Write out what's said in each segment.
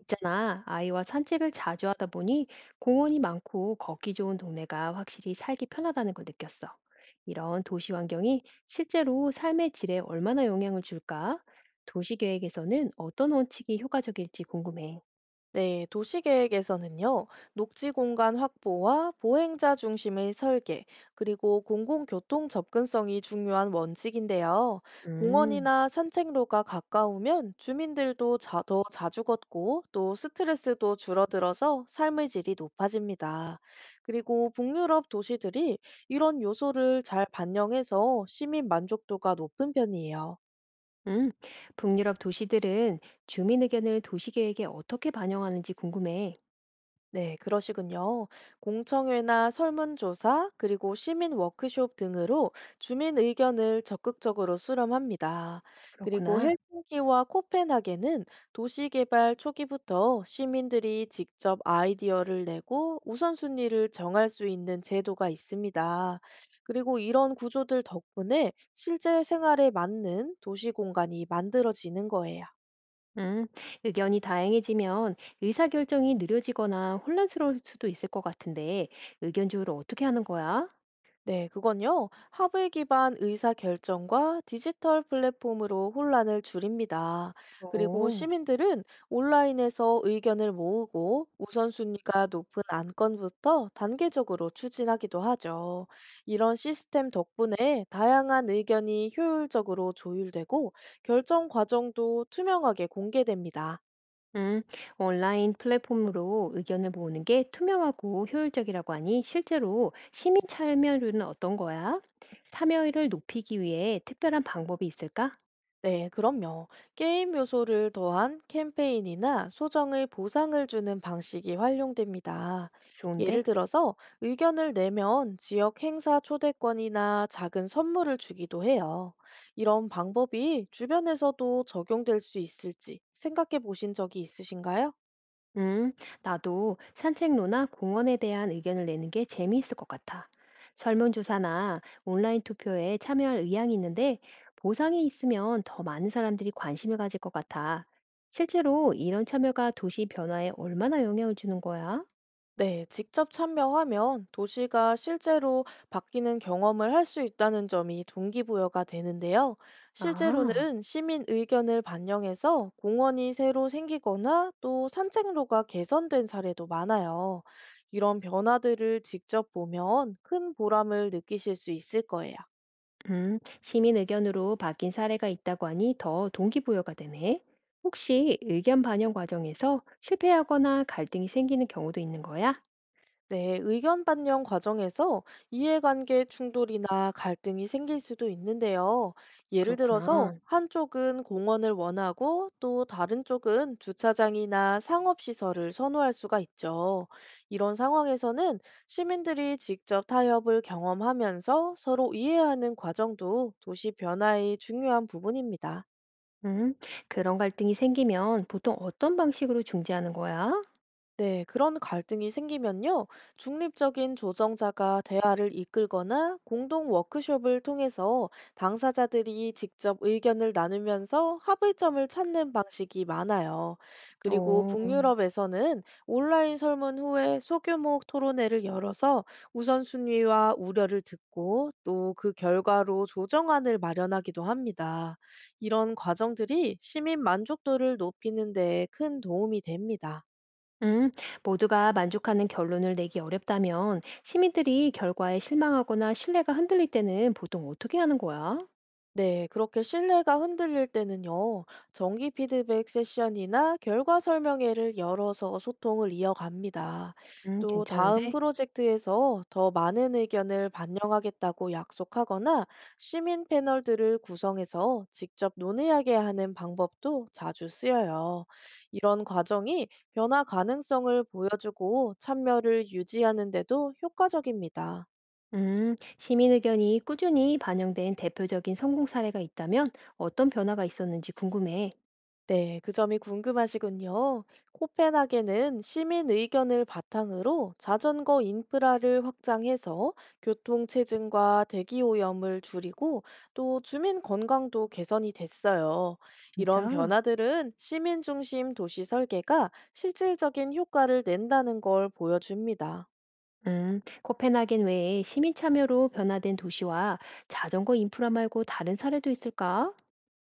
있잖아, 아이와 산책을 자주 하다 보니 공원이 많고 걷기 좋은 동네가 확실히 살기 편하다는 걸 느꼈어. 이런 도시 환경이 실제로 삶의 질에 얼마나 영향을 줄까? 도시 계획에서는 어떤 원칙이 효과적일지 궁금해. 네, 도시계획에서는요, 녹지 공간 확보와 보행자 중심의 설계, 그리고 공공교통 접근성이 중요한 원칙인데요. 음, 공원이나 산책로가 가까우면 주민들도 더 자주 걷고 또 스트레스도 줄어들어서 삶의 질이 높아집니다. 그리고 북유럽 도시들이 이런 요소를 잘 반영해서 시민 만족도가 높은 편이에요. 음. 북유럽 도시들은 주민 의견을 도시 계획에 어떻게 반영하는지 궁금해. 네, 그러시군요. 공청회나 설문조사, 그리고 시민 워크숍 등으로 주민 의견을 적극적으로 수렴합니다. 그리고 그렇구나. 헬싱키와 코펜하겐은 도시개발 초기부터 시민들이 직접 아이디어를 내고 우선순위를 정할 수 있는 제도가 있습니다. 그리고 이런 구조들 덕분에 실제 생활에 맞는 도시 공간이 만들어지는 거예요. 음, 의견이 다양해지면 의사결정이 느려지거나 혼란스러울 수도 있을 것 같은데, 의견 조율을 어떻게 하는 거야? 네, 그건요. 합의 기반 의사 결정과 디지털 플랫폼으로 혼란을 줄입니다. 그리고 오. 시민들은 온라인에서 의견을 모으고 우선순위가 높은 안건부터 단계적으로 추진하기도 하죠. 이런 시스템 덕분에 다양한 의견이 효율적으로 조율되고 결정 과정도 투명하게 공개됩니다. 음, 온라인 플랫폼으로 의견을 모으는 게 투명하고 효율적이라고 하니 실제로 시민 참여율은 어떤 거야? 참여율을 높이기 위해 특별한 방법이 있을까? 네, 그럼요. 게임 요소를 더한 캠페인이나 소정의 보상을 주는 방식이 활용됩니다. 예를 좋은데? 들어서 의견을 내면 지역 행사 초대권이나 작은 선물을 주기도 해요. 이런 방법이 주변에서도 적용될 수 있을지 생각해 보신 적이 있으신가요? 음, 나도 산책로나 공원에 대한 의견을 내는 게 재미있을 것 같아. 설문조사나 온라인 투표에 참여할 의향이 있는데 보상이 있으면 더 많은 사람들이 관심을 가질 것 같아. 실제로 이런 참여가 도시 변화에 얼마나 영향을 주는 거야? 네, 직접 참여하면 도시가 실제로 바뀌는 경험을 할 수 있다는 점이 동기부여가 되는데요. 아. 실제로는 시민 의견을 반영해서 공원이 새로 생기거나 또 산책로가 개선된 사례도 많아요. 이런 변화들을 직접 보면 큰 보람을 느끼실 수 있을 거예요. 시민 의견으로 바뀐 사례가 있다고 하니 더 동기부여가 되네. 혹시 의견 반영 과정에서 실패하거나 갈등이 생기는 경우도 있는 거야? 네, 의견 반영 과정에서 이해관계 충돌이나 갈등이 생길 수도 있는데요. 예를 들어서 그렇구나. 한쪽은 공원을 원하고 또 다른 쪽은 주차장이나 상업시설을 선호할 수가 있죠. 이런 상황에서는 시민들이 직접 타협을 경험하면서 서로 이해하는 과정도 도시 변화의 중요한 부분입니다. 음, 그런 갈등이 생기면 보통 어떤 방식으로 중재하는 거야? 네, 그런 갈등이 생기면요, 중립적인 조정자가 대화를 이끌거나 공동 워크숍을 통해서 당사자들이 직접 의견을 나누면서 합의점을 찾는 방식이 많아요. 그리고 오. 북유럽에서는 온라인 설문 후에 소규모 토론회를 열어서 우선순위와 우려를 듣고 또 그 결과로 조정안을 마련하기도 합니다. 이런 과정들이 시민 만족도를 높이는 데 큰 도움이 됩니다. 음, 모두가 만족하는 결론을 내기 어렵다면 시민들이 결과에 실망하거나 신뢰가 흔들릴 때는 보통 어떻게 하는 거야? 네, 그렇게 신뢰가 흔들릴 때는요, 정기 피드백 세션이나 결과 설명회를 열어서 소통을 이어갑니다. 또 다음 괜찮은데? 프로젝트에서 더 많은 의견을 반영하겠다고 약속하거나 시민 패널들을 구성해서 직접 논의하게 하는 방법도 자주 쓰여요. 이런 과정이 변화 가능성을 보여주고 참여를 유지하는 데도 효과적입니다. 시민 의견이 꾸준히 반영된 대표적인 성공 사례가 있다면 어떤 변화가 있었는지 궁금해. 네, 그 점이 궁금하시군요. 코펜하겐은 시민 의견을 바탕으로 자전거 인프라를 확장해서 교통체증과 대기오염을 줄이고 또 주민 건강도 개선이 됐어요. 이런 진짜? 변화들은 시민 중심 도시 설계가 실질적인 효과를 낸다는 걸 보여줍니다. 코펜하겐 외에 시민 참여로 변화된 도시와 자전거 인프라 말고 다른 사례도 있을까?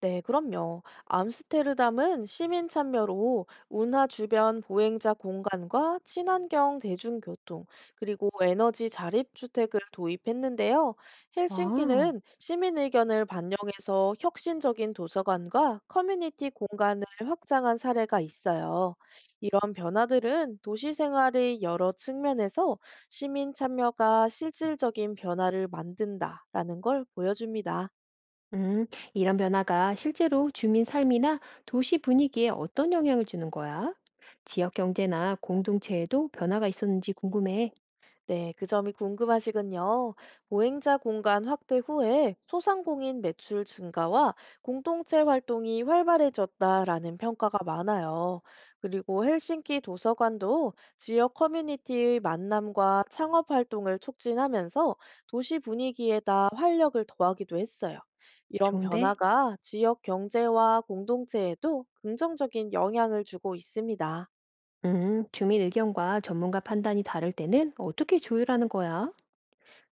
네, 그럼요. 암스테르담은 시민 참여로 운하 주변 보행자 공간과 친환경 대중교통, 그리고 에너지 자립주택을 도입했는데요. 아. 헬싱키는 시민 의견을 반영해서 혁신적인 도서관과 커뮤니티 공간을 확장한 사례가 있어요. 이런 변화들은 도시 생활의 여러 측면에서 시민 참여가 실질적인 변화를 만든다라는 걸 보여줍니다. 음, 이런 변화가 실제로 주민 삶이나 도시 분위기에 어떤 영향을 주는 거야? 지역 경제나 공동체에도 변화가 있었는지 궁금해. 네, 그 점이 궁금하시군요. 보행자 공간 확대 후에 소상공인 매출 증가와 공동체 활동이 활발해졌다라는 평가가 많아요. 그리고 헬싱키 도서관도 지역 커뮤니티의 만남과 창업 활동을 촉진하면서 도시 분위기에다 활력을 더하기도 했어요. 이런 좋은데? 변화가 지역 경제와 공동체에도 긍정적인 영향을 주고 있습니다. 주민 의견과 전문가 판단이 다를 때는 어떻게 조율하는 거야?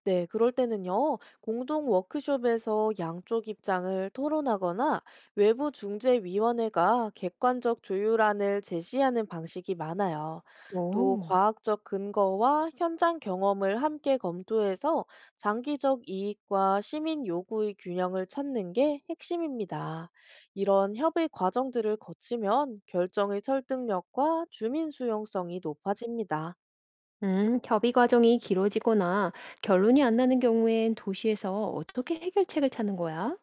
네, 그럴 때는요, 공동 워크숍에서 양쪽 입장을 토론하거나 외부 중재위원회가 객관적 조율안을 제시하는 방식이 많아요. 또 오. 과학적 근거와 현장 경험을 함께 검토해서 장기적 이익과 시민 요구의 균형을 찾는 게 핵심입니다. 이런 협의 과정들을 거치면 결정의 설득력과 주민 수용성이 높아집니다. 협의 과정이 길어지거나 결론이 안 나는 경우엔 도시에서 어떻게 해결책을 찾는 거야?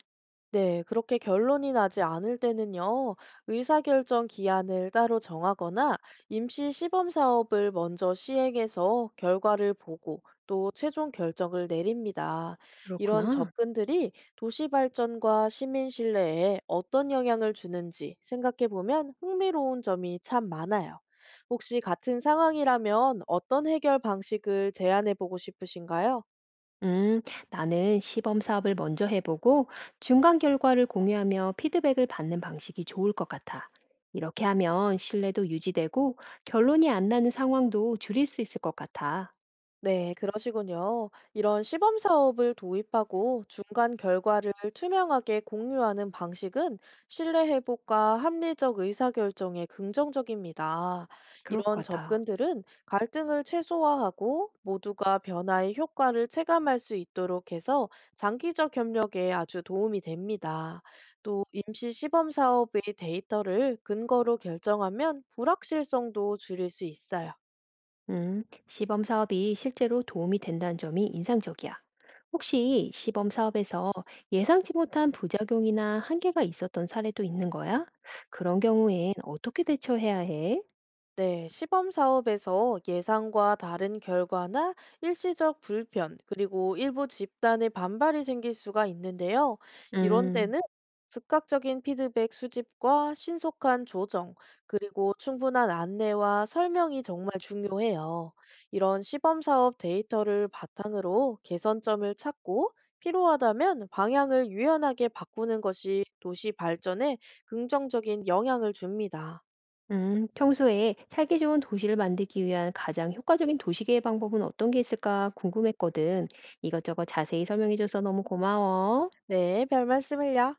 네, 그렇게 결론이 나지 않을 때는요, 의사결정 기한을 따로 정하거나 임시 시범 사업을 먼저 시행해서 결과를 보고 또 최종 결정을 내립니다. 이런 그렇구나. 접근들이 도시 발전과 시민 신뢰에 어떤 영향을 주는지 생각해 보면 흥미로운 점이 참 많아요. 혹시 같은 상황이라면 어떤 해결 방식을 제안해 보고 싶으신가요? 음, 나는 시범 사업을 먼저 해보고 중간 결과를 공유하며 피드백을 받는 방식이 좋을 것 같아. 이렇게 하면 신뢰도 유지되고 결론이 안 나는 상황도 줄일 수 있을 것 같아. 네, 그러시군요. 이런 시범 사업을 도입하고 중간 결과를 투명하게 공유하는 방식은 신뢰 회복과 합리적 의사결정에 긍정적입니다. 그럴 것 이런 같아. 접근들은 갈등을 최소화하고 모두가 변화의 효과를 체감할 수 있도록 해서 장기적 협력에 아주 도움이 됩니다. 또 임시 시범 사업의 데이터를 근거로 결정하면 불확실성도 줄일 수 있어요. 시범 사업이 실제로 도움이 된다는 점이 인상적이야. 혹시 시범 사업에서 예상치 못한 부작용이나 한계가 있었던 사례도 있는 거야? 그런 경우엔 어떻게 대처해야 해? 네, 시범 사업에서 예상과 다른 결과나 일시적 불편, 그리고 일부 집단의 반발이 생길 수가 있는데요. 이런 음. 때는 즉각적인 피드백 수집과 신속한 조정, 그리고 충분한 안내와 설명이 정말 중요해요. 이런 시범 사업 데이터를 바탕으로 개선점을 찾고 필요하다면 방향을 유연하게 바꾸는 것이 도시 발전에 긍정적인 영향을 줍니다. 평소에 살기 좋은 도시를 만들기 위한 가장 효과적인 도시계획 방법은 어떤 게 있을까 궁금했거든. 이것저것 자세히 설명해줘서 너무 고마워. 네, 별 말씀을요.